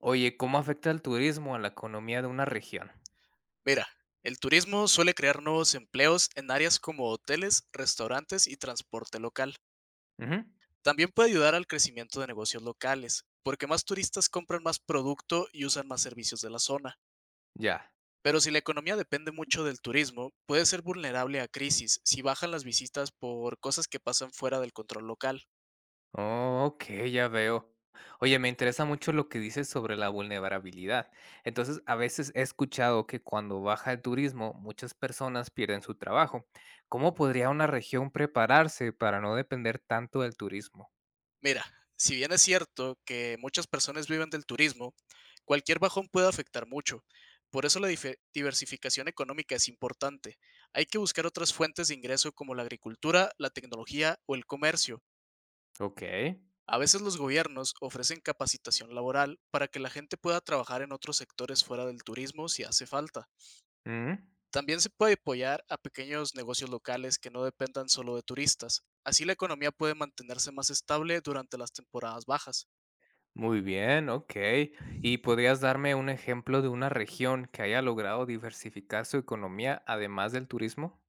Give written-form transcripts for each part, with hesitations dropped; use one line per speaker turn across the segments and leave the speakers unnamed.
Oye, ¿cómo afecta el turismo a la economía de una región?
Mira, el turismo suele crear nuevos empleos en áreas como hoteles, restaurantes y transporte local.
Ujú.
También puede ayudar al crecimiento de negocios locales, porque más turistas compran más producto y usan más servicios de la zona.
Ya.
Pero si la economía depende mucho del turismo, puede ser vulnerable a crisis si bajan las visitas por cosas que pasan fuera del control local.
Oh, ok, ya veo. Oye, me interesa mucho lo que dices sobre la vulnerabilidad. Entonces, a veces he escuchado que cuando baja el turismo, muchas personas pierden su trabajo. ¿Cómo podría una región prepararse para no depender tanto del turismo?
Mira, si bien es cierto que muchas personas viven del turismo, cualquier bajón puede afectar mucho. Por eso la diversificación económica es importante. Hay que buscar otras fuentes de ingreso como la agricultura, la tecnología o el comercio.
Ok.
A veces los gobiernos ofrecen capacitación laboral para que la gente pueda trabajar en otros sectores fuera del turismo si hace falta.
Mm.
También se puede apoyar a pequeños negocios locales que no dependan solo de turistas. Así la economía puede mantenerse más estable durante las temporadas bajas.
Muy bien, ok. ¿Y podrías darme un ejemplo de una región que haya logrado diversificar su economía además del turismo?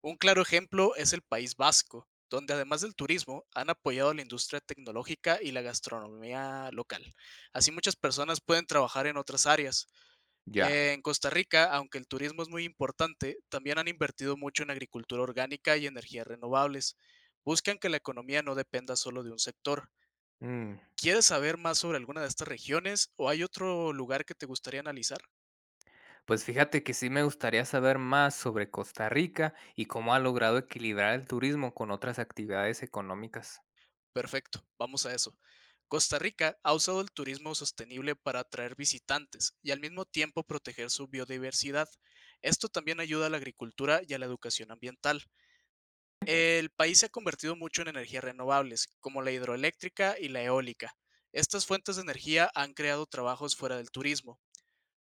Un claro ejemplo es el País Vasco, donde además del turismo han apoyado la industria tecnológica y la gastronomía local. Así muchas personas pueden trabajar en otras áreas.
Ya.
En Costa Rica, aunque el turismo es muy importante, también han invertido mucho en agricultura orgánica y energías renovables. Buscan que la economía no dependa solo de un sector.
Mm.
¿Quieres saber más sobre alguna de estas regiones o hay otro lugar que te gustaría analizar?
Pues fíjate que sí me gustaría saber más sobre Costa Rica y cómo ha logrado equilibrar el turismo con otras actividades económicas.
Perfecto, vamos a eso. Costa Rica ha usado el turismo sostenible para atraer visitantes y al mismo tiempo proteger su biodiversidad. Esto también ayuda a la agricultura y a la educación ambiental. El país se ha convertido mucho en energías renovables, como la hidroeléctrica y la eólica. Estas fuentes de energía han creado trabajos fuera del turismo.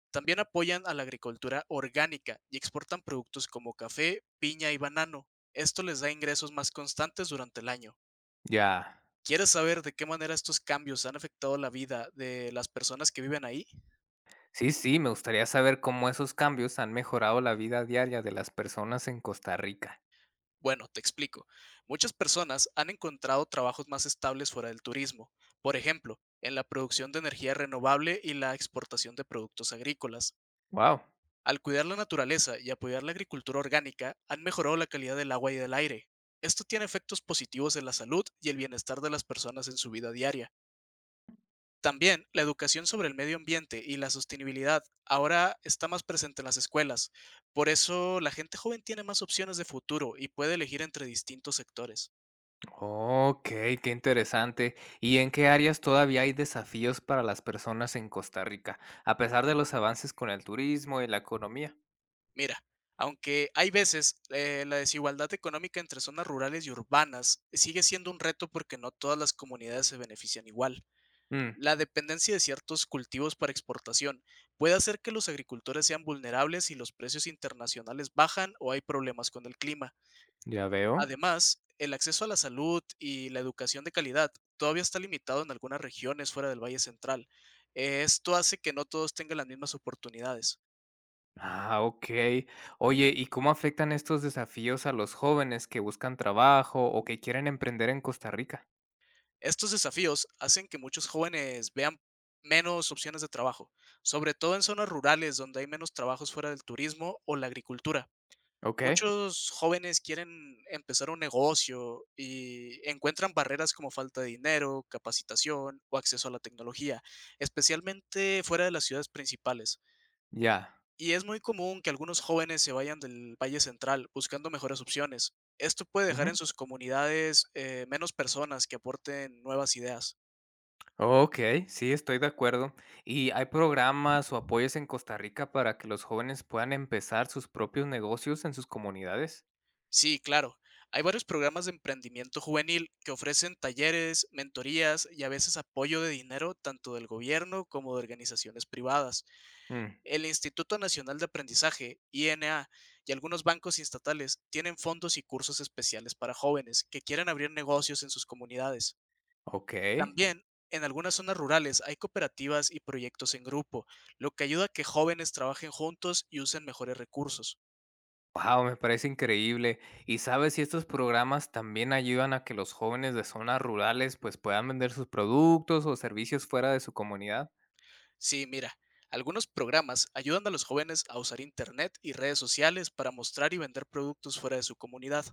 También apoyan a la agricultura orgánica y exportan productos como café, piña y banano. Esto les da ingresos más constantes durante el año.
Ya.
¿Quieres saber de qué manera estos cambios han afectado la vida de las personas que viven ahí?
Sí, sí, me gustaría saber cómo esos cambios han mejorado la vida diaria de las personas en Costa Rica.
Bueno, te explico. Muchas personas han encontrado trabajos más estables fuera del turismo, por ejemplo, en la producción de energía renovable y la exportación de productos agrícolas.
Wow.
Al cuidar la naturaleza y apoyar la agricultura orgánica, han mejorado la calidad del agua y del aire. Esto tiene efectos positivos en la salud y el bienestar de las personas en su vida diaria. También la educación sobre el medio ambiente y la sostenibilidad ahora está más presente en las escuelas. Por eso la gente joven tiene más opciones de futuro y puede elegir entre distintos sectores.
Ok, qué interesante. ¿Y en qué áreas todavía hay desafíos para las personas en Costa Rica, a pesar de los avances con el turismo y la economía?
Mira, aunque hay veces la desigualdad económica entre zonas rurales y urbanas sigue siendo un reto porque no todas las comunidades se benefician igual.
Mm,
La dependencia de ciertos cultivos para exportación puede hacer que los agricultores sean vulnerables si los precios internacionales bajan o hay problemas con el clima.
ya veo.
Además, el acceso a la salud y la educación de calidad todavía está limitado en algunas regiones fuera del Valle Central. Esto hace que no todos tengan las mismas oportunidades.
Ah, okey. Oye, ¿y cómo afectan estos desafíos a los jóvenes que buscan trabajo o que quieren emprender en Costa Rica?
Estos desafíos hacen que muchos jóvenes vean menos opciones de trabajo, sobre todo en zonas rurales donde hay menos trabajos fuera del turismo o la agricultura.
Okey,
Muchos jóvenes quieren empezar un negocio y encuentran barreras como falta de dinero, capacitación o acceso a la tecnología, especialmente fuera de las ciudades principales.
ya.
Y es muy común que algunos jóvenes se vayan del Valle Central buscando mejores opciones. Esto puede dejar
Ujú.
en sus comunidades menos personas que aporten nuevas ideas.
Okey, sí, estoy de acuerdo. ¿Y hay programas o apoyos en Costa Rica para que los jóvenes puedan empezar sus propios negocios en sus comunidades?
Sí, claro. Hay varios programas de emprendimiento juvenil que ofrecen talleres, mentorías y a veces apoyo de dinero tanto del gobierno como de organizaciones privadas.
Mm,
El Instituto Nacional de Aprendizaje, INA, y algunos bancos estatales tienen fondos y cursos especiales para jóvenes que quieren abrir negocios en sus comunidades.
okey.
También, en algunas zonas rurales hay cooperativas y proyectos en grupo, lo que ayuda a que jóvenes trabajen juntos y usen mejores recursos.
Guau, me parece increíble. ¿Y sabes si estos programas también ayudan a que los jóvenes de zonas rurales, pues, puedan vender sus productos o servicios fuera de su comunidad?
Sí, mira, algunos programas ayudan a los jóvenes a usar Internet y redes sociales para mostrar y vender productos fuera de su comunidad.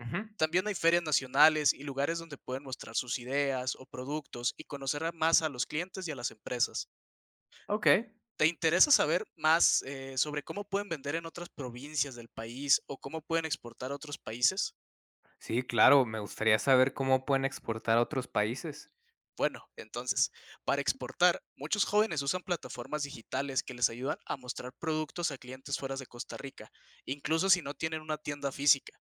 Ujú.
También hay ferias nacionales y lugares donde pueden mostrar sus ideas o productos y conocer más a los clientes y a las empresas.
Okey.
¿Te interesa saber más sobre cómo pueden vender en otras provincias del país o cómo pueden exportar a otros países?
Sí, claro, me gustaría saber cómo pueden exportar a otros países.
Bueno, entonces, para exportar, muchos jóvenes usan plataformas digitales que les ayudan a mostrar productos a clientes fuera de Costa Rica, incluso si no tienen una tienda física.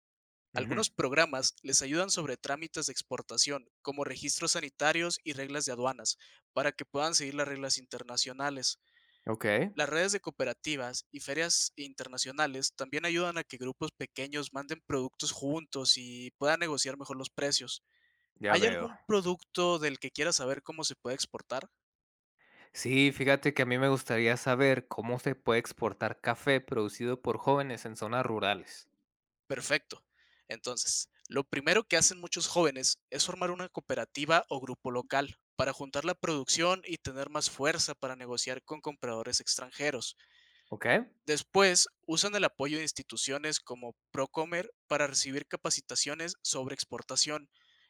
Ujú.
Algunos programas les ayudan sobre trámites de exportación, como registros sanitarios y reglas de aduanas, para que puedan seguir las reglas internacionales.
Okey,
Las redes de cooperativas y ferias internacionales también ayudan a que grupos pequeños manden productos juntos y puedan negociar mejor los precios.
ya
¿Hay
veo.
algún producto del que quieras saber cómo se puede exportar?
Sí, fíjate que a mí me gustaría saber cómo se puede exportar café producido por jóvenes en zonas rurales.
Perfecto. Entonces, lo primero que hacen muchos jóvenes es formar una cooperativa o grupo local para juntar la producción y tener más fuerza para negociar con compradores extranjeros.
Okey,
Después, usan el apoyo de instituciones como Procomer para recibir capacitaciones sobre exportación.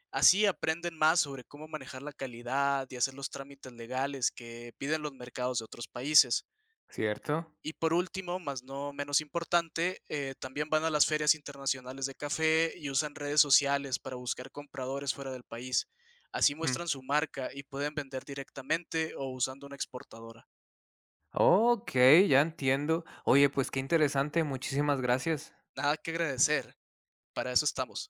Así aprenden más sobre cómo manejar la calidad y hacer los trámites legales que piden los mercados de otros países.
¿cierto?
Y por último, más no menos importante, también van a las ferias internacionales de café y usan redes sociales para buscar compradores fuera del país. Así
Mm.
muestran su marca y pueden vender directamente o usando una exportadora.
Okey, ya entiendo. Oye, pues qué interesante, muchísimas gracias.
Nada que agradecer, para eso estamos.